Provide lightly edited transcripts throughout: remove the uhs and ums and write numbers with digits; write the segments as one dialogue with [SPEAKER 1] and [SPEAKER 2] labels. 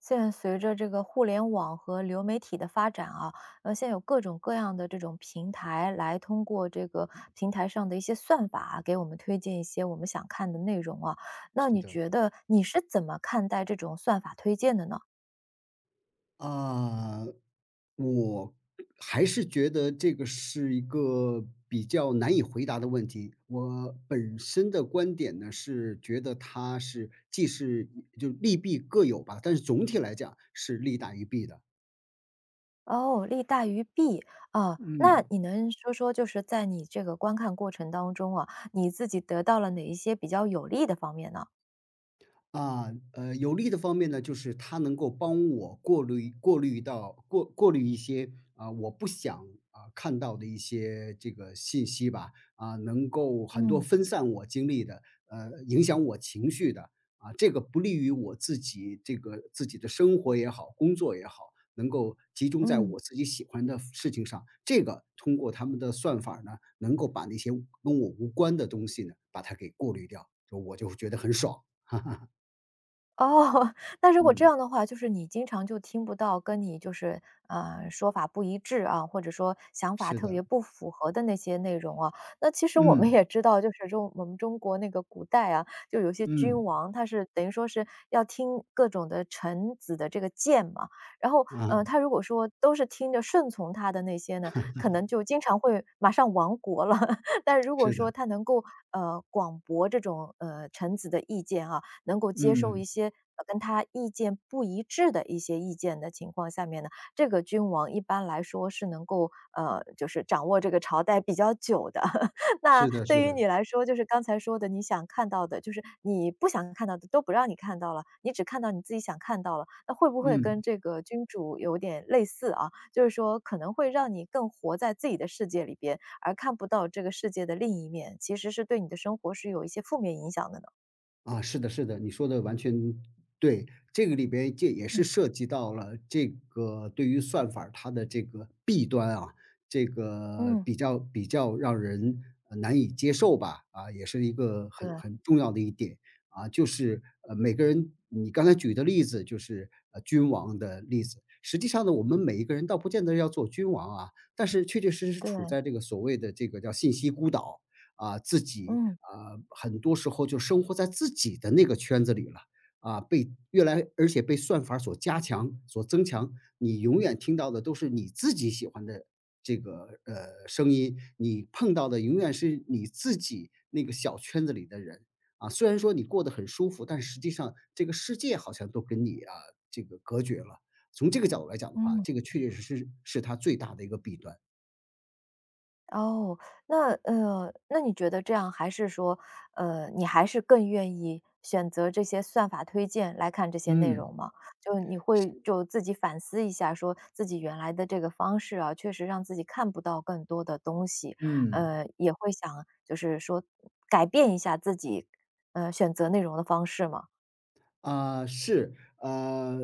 [SPEAKER 1] 现在随着这个互联网和流媒体的发展啊，现在有各种各样的这种平台来通过这个平台上的一些算法啊，给我们推荐一些我们想看的内容啊。那
[SPEAKER 2] 是
[SPEAKER 1] 你
[SPEAKER 2] 的。
[SPEAKER 1] 觉得你是怎么看待这种算法推荐的呢？
[SPEAKER 2] 啊，我还是觉得这个是一个比较难以回答的问题。我本身的观点呢，是觉得它是既是就利弊各有吧，但是总体来讲是利大于弊的。
[SPEAKER 1] 哦，利大于弊啊，
[SPEAKER 2] 嗯。
[SPEAKER 1] 那你能说说就是在你这个观看过程当中啊，你自己得到了哪一些比较有利的方面呢？
[SPEAKER 2] 有利的方面呢，就是它能够帮我过滤一些啊，我不想啊看到的一些这个信息吧，啊，能够很多
[SPEAKER 1] 嗯
[SPEAKER 2] 分散我精力的，影响我情绪的，啊，这个不利于我自己的生活也好，工作也好，能够集中在
[SPEAKER 1] 嗯。
[SPEAKER 2] 我自己喜欢的事情上。这个通过他们的算法呢，能够把那些跟我无关的东西呢，把它给过滤掉，就我就觉得很爽。
[SPEAKER 1] 哦，那如果这
[SPEAKER 2] 嗯。
[SPEAKER 1] 样的话，就是你经常就听不到跟你就是，说法不一致啊，或者说想法
[SPEAKER 2] 是
[SPEAKER 1] 特别
[SPEAKER 2] 的，
[SPEAKER 1] 不符合的那些内容啊。那其实我们
[SPEAKER 2] 嗯，
[SPEAKER 1] 也知道，就是中我们中国那个古代啊，就有些
[SPEAKER 2] 嗯，
[SPEAKER 1] 君王，他是等于说是要听各种的臣子的这个谏嘛。然后，
[SPEAKER 2] 啊，
[SPEAKER 1] 他如果说都是听着顺从他的那些呢，可能就经常会马上亡国了。但如果
[SPEAKER 2] 是
[SPEAKER 1] 说
[SPEAKER 2] 的，
[SPEAKER 1] 他能够，广博这种，臣子的意见啊，能够接受
[SPEAKER 2] 嗯，
[SPEAKER 1] 一些跟他意见不一致的一些意见的情况下面呢，这个君王一般来说是能够就是掌握这个朝代比较久的。那
[SPEAKER 2] 是的，
[SPEAKER 1] 对
[SPEAKER 2] 是
[SPEAKER 1] 于
[SPEAKER 2] 的，
[SPEAKER 1] 你来说，就是刚才说的，你想看到的，就是你不想看到的都不让你看到了，你只看到你自己想看到了，那会不会跟
[SPEAKER 2] 嗯。
[SPEAKER 1] 这个君主有点类似啊？就是说可能会让你更活在自己的世界里边，而看不到这个世界的另一面，其实是对你的生活是有一些负面影响的呢？
[SPEAKER 2] 啊，是的，是的，你说的完全对。这个里边这也是
[SPEAKER 1] 嗯。
[SPEAKER 2] 涉及到了这个对于算法儿它的这个弊端啊，这个
[SPEAKER 1] 嗯。
[SPEAKER 2] 比较让人难以接受吧，啊，也是一个很
[SPEAKER 1] 对
[SPEAKER 2] 很重要的一点啊，就是每个人，你刚才举的例子就是君王的例子，实际上呢，我们每一个人倒不见得要做君王啊，但是确确实实
[SPEAKER 1] 对，
[SPEAKER 2] 处在这个所谓的这个叫信息孤岛啊。自己
[SPEAKER 1] 嗯
[SPEAKER 2] 啊，很多时候就生活在自己的那个圈子里了，啊，被越来而且被算法所加强、所增强，你永远听到的都是你自己喜欢的声音，你碰到的永远是你自己那个小圈子里的人。啊，虽然说你过得很舒服，但实际上这个世界好像都跟你啊，这个隔绝了。从这个角度来讲的话，
[SPEAKER 1] 嗯，
[SPEAKER 2] 这个确确实实是它最大的一个弊端。
[SPEAKER 1] 哦，那那你觉得这样还是说，你还是更愿意选择这些算法推荐来看这些内容
[SPEAKER 2] 嗯，
[SPEAKER 1] 吗？就你会
[SPEAKER 2] 是。
[SPEAKER 1] 就自己反思一下，说自己原来的这个方式啊，确实让自己看不到更多的东西，
[SPEAKER 2] 嗯。
[SPEAKER 1] 也会想就是说改变一下自己，选择内容的方式吗？
[SPEAKER 2] 啊，是，呃，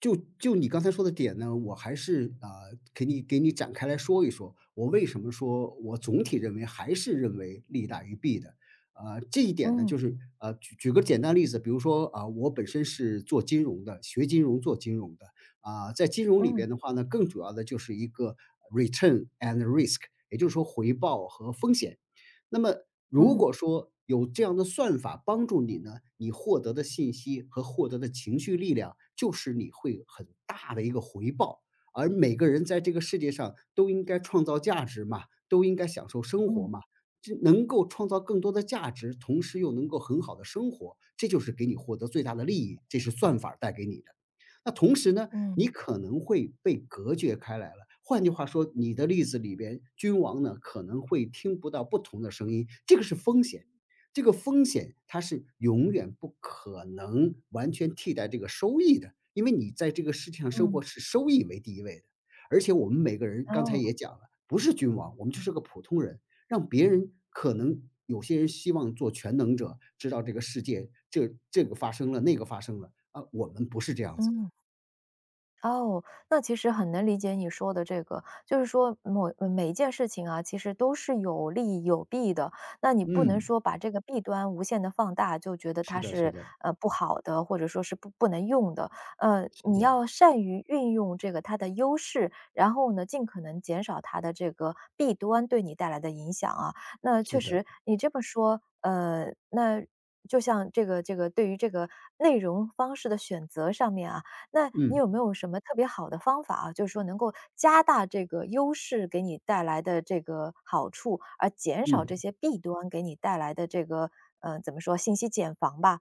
[SPEAKER 2] 就你刚才说的点呢，我还是啊，给你展开来说一说，我为什么说我总体认为还是认为利大于弊的。啊，这一点呢，
[SPEAKER 1] 嗯
[SPEAKER 2] 就是举个简单例子，比如说啊，我本身是做金融的，学金融做金融的，啊，在金融里
[SPEAKER 1] 嗯
[SPEAKER 2] 边的话呢，更主要的就是一个 return and risk，也就是说回报和风险。那么如
[SPEAKER 1] 嗯
[SPEAKER 2] 果说有这样的算法帮助你呢，你获得的信息和获得的情绪力量，就是你会有很大的一个回报。而每个人在这个世界上都应该创造价值嘛，都应该享受生活
[SPEAKER 1] 嗯
[SPEAKER 2] 嘛，这能够创造更多的价值，同时又能够很好的生活，这就是给你获得最大的利益，这是算法儿带给你的。那同时呢，你
[SPEAKER 1] 嗯
[SPEAKER 2] 可能会被隔绝开来了。换句话说，你的例子里边，君王呢可能会听不到不同的声音，这个是风险。这个风险它是永远不可能完全替代这个收益的，因为你在这个世界上生
[SPEAKER 1] 嗯，
[SPEAKER 2] 活是收益为第一位的。而且我们每个人刚才
[SPEAKER 1] 哦，
[SPEAKER 2] 也讲了，不是君王，我们就是个普通人，让别人可能有些人希望做全能者，知道这个世界这个发生了，那个发生了啊，我们不是这样子的。
[SPEAKER 1] 嗯。哦，那其实很能理解你说的这个，就是说某每一件事情啊，其实都是有利有弊的。那你不能
[SPEAKER 2] 嗯。
[SPEAKER 1] 说把这个弊端无限的放大，就觉得
[SPEAKER 2] 是
[SPEAKER 1] 它
[SPEAKER 2] 的，是
[SPEAKER 1] 是，
[SPEAKER 2] 的，
[SPEAKER 1] 不好的，或者说是不能用的。
[SPEAKER 2] 是
[SPEAKER 1] 你
[SPEAKER 2] 的，
[SPEAKER 1] 要善于运用这个它的优势，然后呢，尽可能减少它的这个弊端对你带来的影响啊。那确
[SPEAKER 2] 是的，
[SPEAKER 1] 实你这么说，那就像这个对于这个内容方式的选择上面啊，那你
[SPEAKER 2] 嗯，
[SPEAKER 1] 有没有什么特别好的方法啊，就是说能够加大这个优势给你带来的这个好处，而减少这
[SPEAKER 2] 嗯。
[SPEAKER 1] 些弊端给你带来的这个，怎么说，信息茧房吧？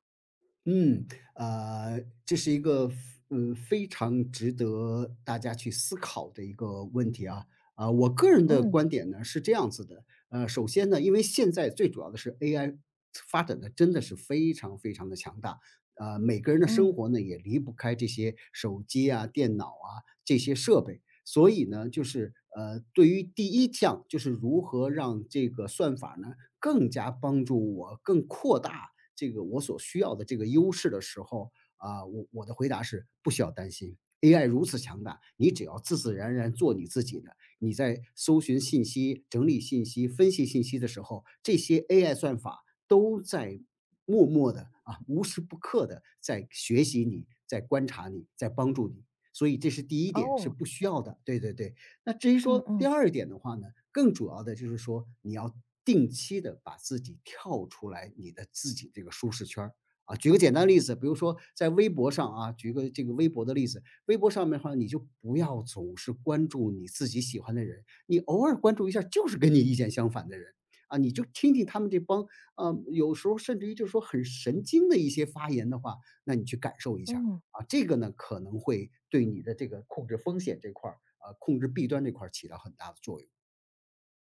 [SPEAKER 2] 嗯，这是一个非常值得大家去思考的一个问题啊。啊，我个人的
[SPEAKER 1] 嗯，
[SPEAKER 2] 观点呢是这样子的，首先呢，因为现在最主要的是 AI 发展的真的是非常非常的强大，每个人的生
[SPEAKER 1] 嗯，
[SPEAKER 2] 活呢也离不开这些手机啊、电脑啊这些设备，所以呢，就是对于第一项就是如何让这个算法呢更加帮助我更扩大这个我所需要的这个优势的时候，啊，我的回答是不需要担心。AI 如此强大，你只要自自然然做你自己的。你在搜寻信息、整理信息、分析信息的时候，这些 AI 算法都在默默的啊，无时不刻的在学习你，在观察你，在帮助你。所以这是第一点，是
[SPEAKER 1] 哦，
[SPEAKER 2] 不需要的。对，对，对。那至于
[SPEAKER 1] 嗯
[SPEAKER 2] 说第
[SPEAKER 1] 嗯，
[SPEAKER 2] 二点的话呢，更主要的就是说你要定期的把自己跳出来你的自己这个舒适圈儿。啊，举个简单例子，比如说在微博上啊，举个这个微博的例子，微博上面的话，你就不要总是关注你自己喜欢的人，你偶尔关注一下就是跟你意见相反的人，啊，你就听听他们这帮，啊，有时候甚至于就是说很神经的一些发言的话，那你去感受一下
[SPEAKER 1] 嗯。
[SPEAKER 2] 啊，这个呢可能会对你的这个控制风险这块儿控制弊端这块儿起到很大的作用。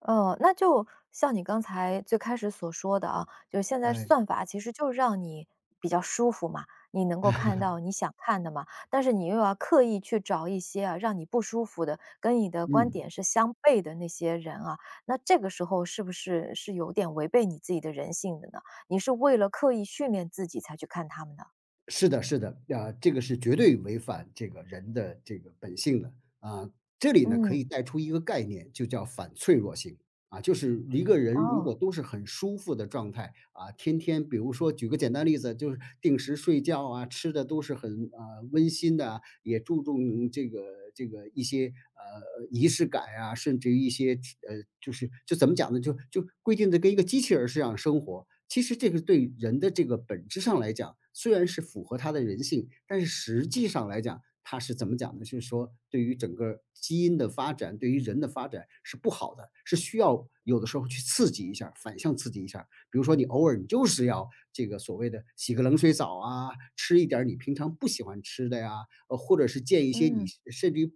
[SPEAKER 1] 哦，那就像你刚才最开始所说的啊，就是现在
[SPEAKER 2] 哎，
[SPEAKER 1] 算法其实就是让你比较舒服嘛，你能够看到你想看的嘛，但是你又要刻意去找一些啊，让你不舒服的，跟你的观
[SPEAKER 2] 嗯，
[SPEAKER 1] 点是相悖的那些人啊，那这个时候是不是是有点违背你自己的人性的呢？你是为了刻意训练自己才去看他们的？
[SPEAKER 2] 是的，是的，啊，这个是绝对违反这个人的这个本性的啊。这里呢，可
[SPEAKER 1] 嗯，
[SPEAKER 2] 以带出一个概念，就叫反脆弱性。啊，就是一个人如
[SPEAKER 1] 哦，
[SPEAKER 2] 果都是很舒服的状态，啊，天天比如说举个简单例子，就是定时睡觉啊，吃的都是很温馨的啊，也注重这个一些仪式感啊，甚至于一些就是怎么讲呢，就规定的跟一个机器人儿似样生活。其实这个对人的这个本质上来讲，虽然是符合他的人性，但是实际上来讲，它是怎么讲呢？是说对于整个基因的发展，对于人的发展是不好的，是需要有的时候去刺激一下，反向刺激一下。比如说你偶尔你就是要这个所谓的洗个冷水澡啊，吃一点儿你平常不喜欢吃的呀，或者是见一些你
[SPEAKER 1] 嗯，
[SPEAKER 2] 甚至于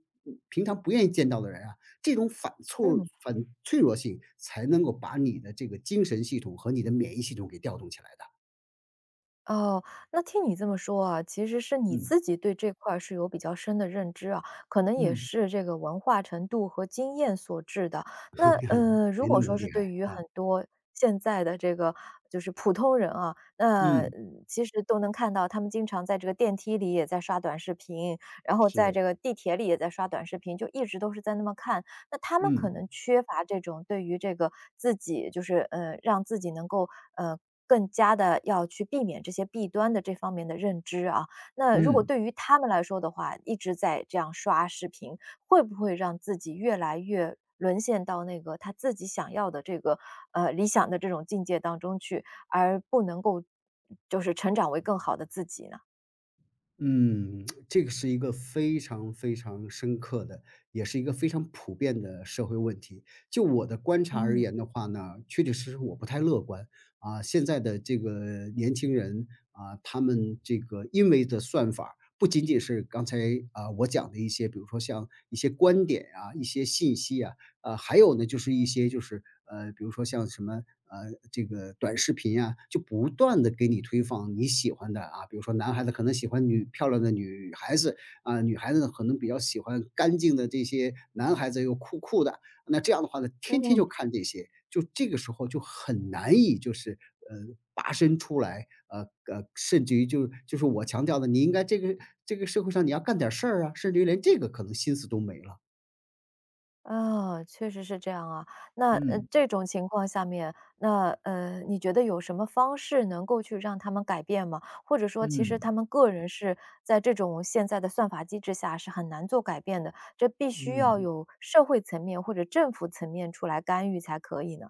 [SPEAKER 2] 平常不愿意见到的人啊，这种反脆
[SPEAKER 1] 嗯。
[SPEAKER 2] 反脆弱性才能够把你的这个精神系统和你的免疫系统给调动起来的。
[SPEAKER 1] 哦，那听你这么说啊，其实是你
[SPEAKER 2] 嗯。
[SPEAKER 1] 自己对这块儿是有比较深的认知啊，可能也
[SPEAKER 2] 嗯。
[SPEAKER 1] 是这个文化程度和经验所致的。那 如
[SPEAKER 2] 没那
[SPEAKER 1] 果
[SPEAKER 2] 么
[SPEAKER 1] 说是
[SPEAKER 2] 厉害
[SPEAKER 1] 对于
[SPEAKER 2] 啊。
[SPEAKER 1] 很多现在的这个就是普通人啊，那
[SPEAKER 2] 嗯，
[SPEAKER 1] 嗯其实都能看到，他们经常在这个电梯里也在刷短视频，然后在这个地铁里也在刷短视频，就一直都是在那么看。那他们可
[SPEAKER 2] 嗯，
[SPEAKER 1] 能缺乏这种对于这个自己就是，让自己能够，呃，更加的要去避免这些弊端的这方面的认知啊。那如果
[SPEAKER 2] 嗯。
[SPEAKER 1] 对于他们来说的话，一直在这样刷视频，会不会让自己越来越沦陷到那个他自己想要的这个，理想的这种境界当中去，而不能够就是成长为更好的自己呢？
[SPEAKER 2] 嗯，这个是一个非常非常深刻的，也是一个非常普遍的社会问题。就我的观察而
[SPEAKER 1] 嗯。
[SPEAKER 2] 言的话呢，确确实实我不太乐观啊。现在的这个年轻人啊，他们这个因为的算法儿不仅仅是刚才啊我讲的一些，比如说像一些观点啊、一些信息啊，还有呢，就是一些就是比如说像什么呃，这个短视频呀，就不断的给你推放你喜欢的啊，比如说男孩子可能喜欢女漂亮的女孩子，啊，女孩子呢可能比较喜欢干净的这些男孩子又酷酷的，那这样的话呢，天天
[SPEAKER 1] 嗯。
[SPEAKER 2] 就看这些，就这个时候就很难以就是呃，拔身出来，甚至于就是我强调的，你应该这个这个社会上你要干点事儿啊，甚至于连这个可能心思都没了。
[SPEAKER 1] 啊，确实是这样啊。那，
[SPEAKER 2] 嗯，
[SPEAKER 1] 这种情况下面，那，你觉得有什么方式能够去让他们改变吗？或者说其实
[SPEAKER 2] 嗯。
[SPEAKER 1] 他们个人是在这种现在的算法机制下是很难做改变的，这必须要
[SPEAKER 2] 嗯，
[SPEAKER 1] 有社会层面或者政府层面出来干预才可以呢？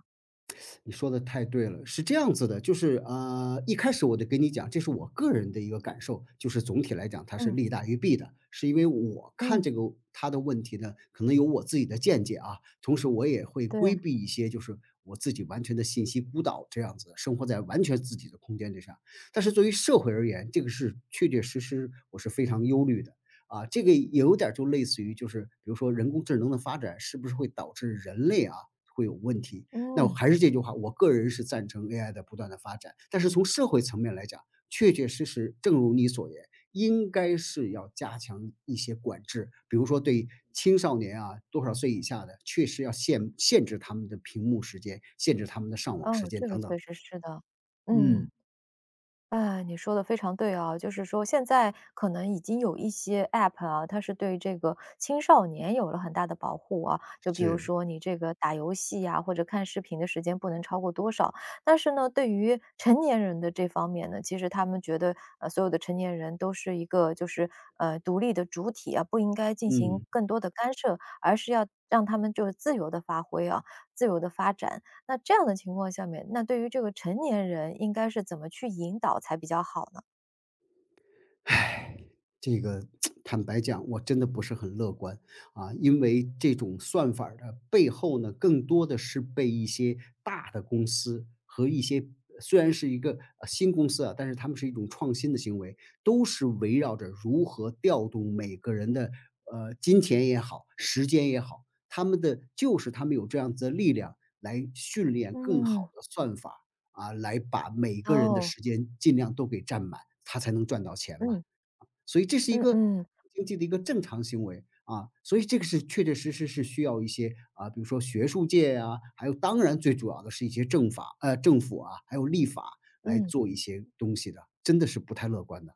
[SPEAKER 2] 你说的太对了，是这样子的，就是一开始我就跟你讲，这是我个人的一个感受，就是总体来讲它是
[SPEAKER 1] 嗯，
[SPEAKER 2] 利大于弊的。是因为我看
[SPEAKER 1] 嗯，
[SPEAKER 2] 这个他的问题呢，可能有我自己的见解啊，同时我也会
[SPEAKER 1] 对，
[SPEAKER 2] 规避一些，就是我自己完全的信息孤岛这样子，生活在完全自己的空间之上。但是对于社会而言，这个是确确实实我是非常忧虑的。啊，这个也有点儿就类似于，就是比如说人工智能的发展，是不是会导致人类啊会有问题？那我
[SPEAKER 1] 嗯，
[SPEAKER 2] 还是这句话，我个人是赞成 AI 的不断的发展，但是从社会层面来讲，确确实实，正如你所言，应该是要加强一些管制，比如说对青少年啊，多少岁以下的，确实要限制他们的屏幕时间，限制他们的上网时
[SPEAKER 1] 哦，
[SPEAKER 2] 间
[SPEAKER 1] 这个
[SPEAKER 2] 等等。
[SPEAKER 1] 确实是的，嗯。
[SPEAKER 2] 嗯，
[SPEAKER 1] 哎，你说的非常对啊，就是说现在可能已经有一些 App 啊，它是对这个青少年有了很大的保护啊。就比如
[SPEAKER 2] 是，
[SPEAKER 1] 说你这个打游戏呀，或者看视频的时间不能超过多少。但是呢，对于成年人的这方面呢，其实他们觉得，所有的成年人都是一个就是，独立的主体啊，不应该进行
[SPEAKER 2] 嗯。
[SPEAKER 1] 更多的干涉，而是要让他们就是自由的发挥啊，自由的发展。那这样的情况下面，那对于这个成年人应该是怎么去引导才比较好呢？
[SPEAKER 2] 唉，这个坦白讲，我真的不是很乐观啊，因为这种算法儿的背后呢，更多的是被一些大的公司和一些虽然是一个新公司啊，但是他们是一种创新的行为，都是围绕着如何调动每个人的金钱也好，时间也好，他们的就是他们有这样子的力量来训练更好
[SPEAKER 1] 嗯。
[SPEAKER 2] 的算法啊，来把每个人的
[SPEAKER 1] 哦，
[SPEAKER 2] 时间尽量都给占满，他才能赚到钱嘛。
[SPEAKER 1] 嗯，
[SPEAKER 2] 所以这是一
[SPEAKER 1] 嗯
[SPEAKER 2] 个
[SPEAKER 1] 嗯，
[SPEAKER 2] 经济的一个正常行为啊，所以这个是确确实实是需要一些啊，比如说学术界啊，还有当然最主要的是一些政法政府啊，还有立法来
[SPEAKER 1] 嗯。
[SPEAKER 2] 做一些东西的，真的是不太乐观的。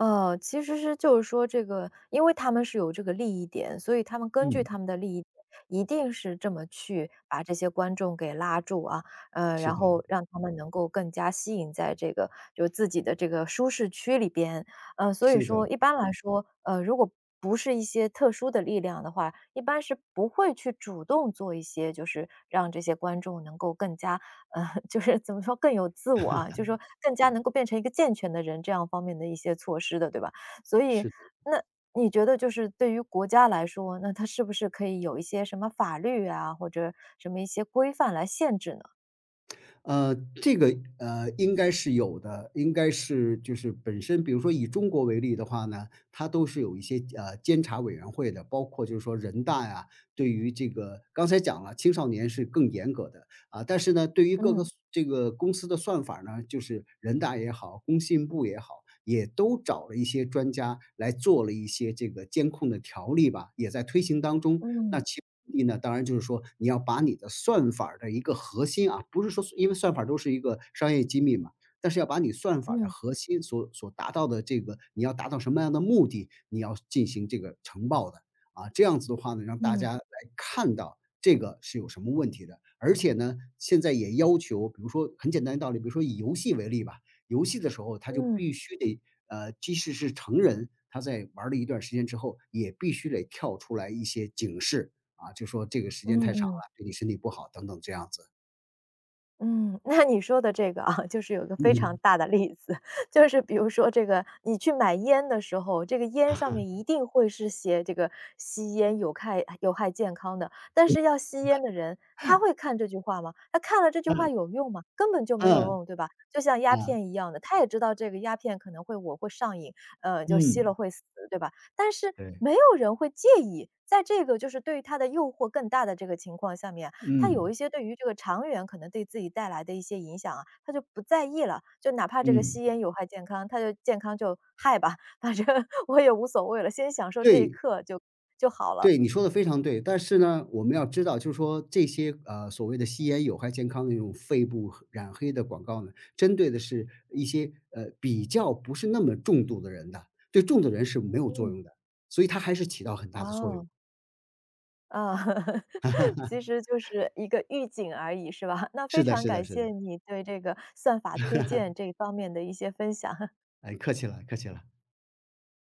[SPEAKER 1] 其实是就是说这个，因为他们是有这个利益点，所以他们根据
[SPEAKER 2] 嗯，
[SPEAKER 1] 他们的利益点，一定是这么去把这些观众给拉住啊，
[SPEAKER 2] 是
[SPEAKER 1] 然
[SPEAKER 2] 的，
[SPEAKER 1] 后让他们能够更加吸引在这个就自己的这个舒适区里边。所以
[SPEAKER 2] 是的，
[SPEAKER 1] 说一般来说，如果不是一些特殊的力量的话，一般是不会去主动做一些，就是让这些观众能够更加呃，就是怎么说更有自我啊，就是说更加能够变成一个健全的人，这样方面的一些措施的，对吧？所以
[SPEAKER 2] 是的。
[SPEAKER 1] 那你觉得就是对于国家来说，那它是不是可以有一些什么法律啊，或者什么一些规范来限制呢？
[SPEAKER 2] 呃，这个，应该是有的，应该是就是本身比如说以中国为例的话呢，它都是有一些，监察委员会的，包括就是说人大呀，对于这个刚才讲了，青少年是更严格的。啊，但是呢，对于各
[SPEAKER 1] 嗯
[SPEAKER 2] 个这个公司的算法呢，就是人大也好，工信部也好，也都找了一些专家来做了一些这个监控的条例吧，也在推行当中。
[SPEAKER 1] 嗯
[SPEAKER 2] 那其
[SPEAKER 1] 嗯
[SPEAKER 2] 目的呢，当然就是说你要把你的算法儿的一个核心啊，不是说因为算法儿都是一个商业机密嘛，但是要把你算法儿的
[SPEAKER 1] 嗯
[SPEAKER 2] 核心所达到的这个，你要达到什么样的目的，你要进行这个呈报的。啊，这样子的话呢，让大
[SPEAKER 1] 嗯
[SPEAKER 2] 家来看到这个是有什么问题的。而且呢，现在也要求，比如说很简单的道理，比如说以游戏为例吧，游戏的时候它就
[SPEAKER 1] 嗯
[SPEAKER 2] 必须得即使是成人，他在玩了一段时间之后，也必须得跳出来一些警示，啊，就说这个时间
[SPEAKER 1] 嗯
[SPEAKER 2] 太长了，
[SPEAKER 1] 嗯。
[SPEAKER 2] 对你身体不好等等这样子。
[SPEAKER 1] 嗯，那你说的这个啊，就是有一个非常
[SPEAKER 2] 嗯，
[SPEAKER 1] 大的例子，就是比如说这个你去买烟的时候，这个烟上 面一定会是写这个吸烟有害健康的，但是要吸烟的人，他会看这句话吗？他看了这句话
[SPEAKER 2] 嗯，
[SPEAKER 1] 有用吗？根本就没有
[SPEAKER 2] 嗯，
[SPEAKER 1] 用，对吧？就像鸦
[SPEAKER 2] 嗯，
[SPEAKER 1] 片一样的，他也知道这个鸦片可能会我会上瘾，就吸了
[SPEAKER 2] 嗯，
[SPEAKER 1] 会死，对吧？但是
[SPEAKER 2] 对，
[SPEAKER 1] 没有人会介意，在这个就是对于他的诱惑更大的这个情况下面。他有
[SPEAKER 2] 嗯，
[SPEAKER 1] 一些对于这个长远可能对自己带来的一些影响啊，他就不在意了，就哪怕这个
[SPEAKER 2] 嗯，
[SPEAKER 1] 吸烟有害健康，他就健康就害吧，反正 我也无所谓了，先享受这一
[SPEAKER 2] 对。
[SPEAKER 1] 刻就好了。
[SPEAKER 2] 对，你说的非常对。但是呢，我们要知道就是说这些，所谓的吸烟有害健康的那种肺部染黑的广告呢，针对的是一些，比较不是那么重度的人的，对重度人是没有作
[SPEAKER 1] 嗯，
[SPEAKER 2] 用的，所以它还是起到很大的作用。
[SPEAKER 1] 哦，啊，其实就是一个预警而已，是吧？那非
[SPEAKER 2] 是的
[SPEAKER 1] 常
[SPEAKER 2] 是
[SPEAKER 1] 感
[SPEAKER 2] 的是
[SPEAKER 1] 谢
[SPEAKER 2] 的，
[SPEAKER 1] 你对这个算法推荐这方面的一些分享。
[SPEAKER 2] 哎，客气了客气了。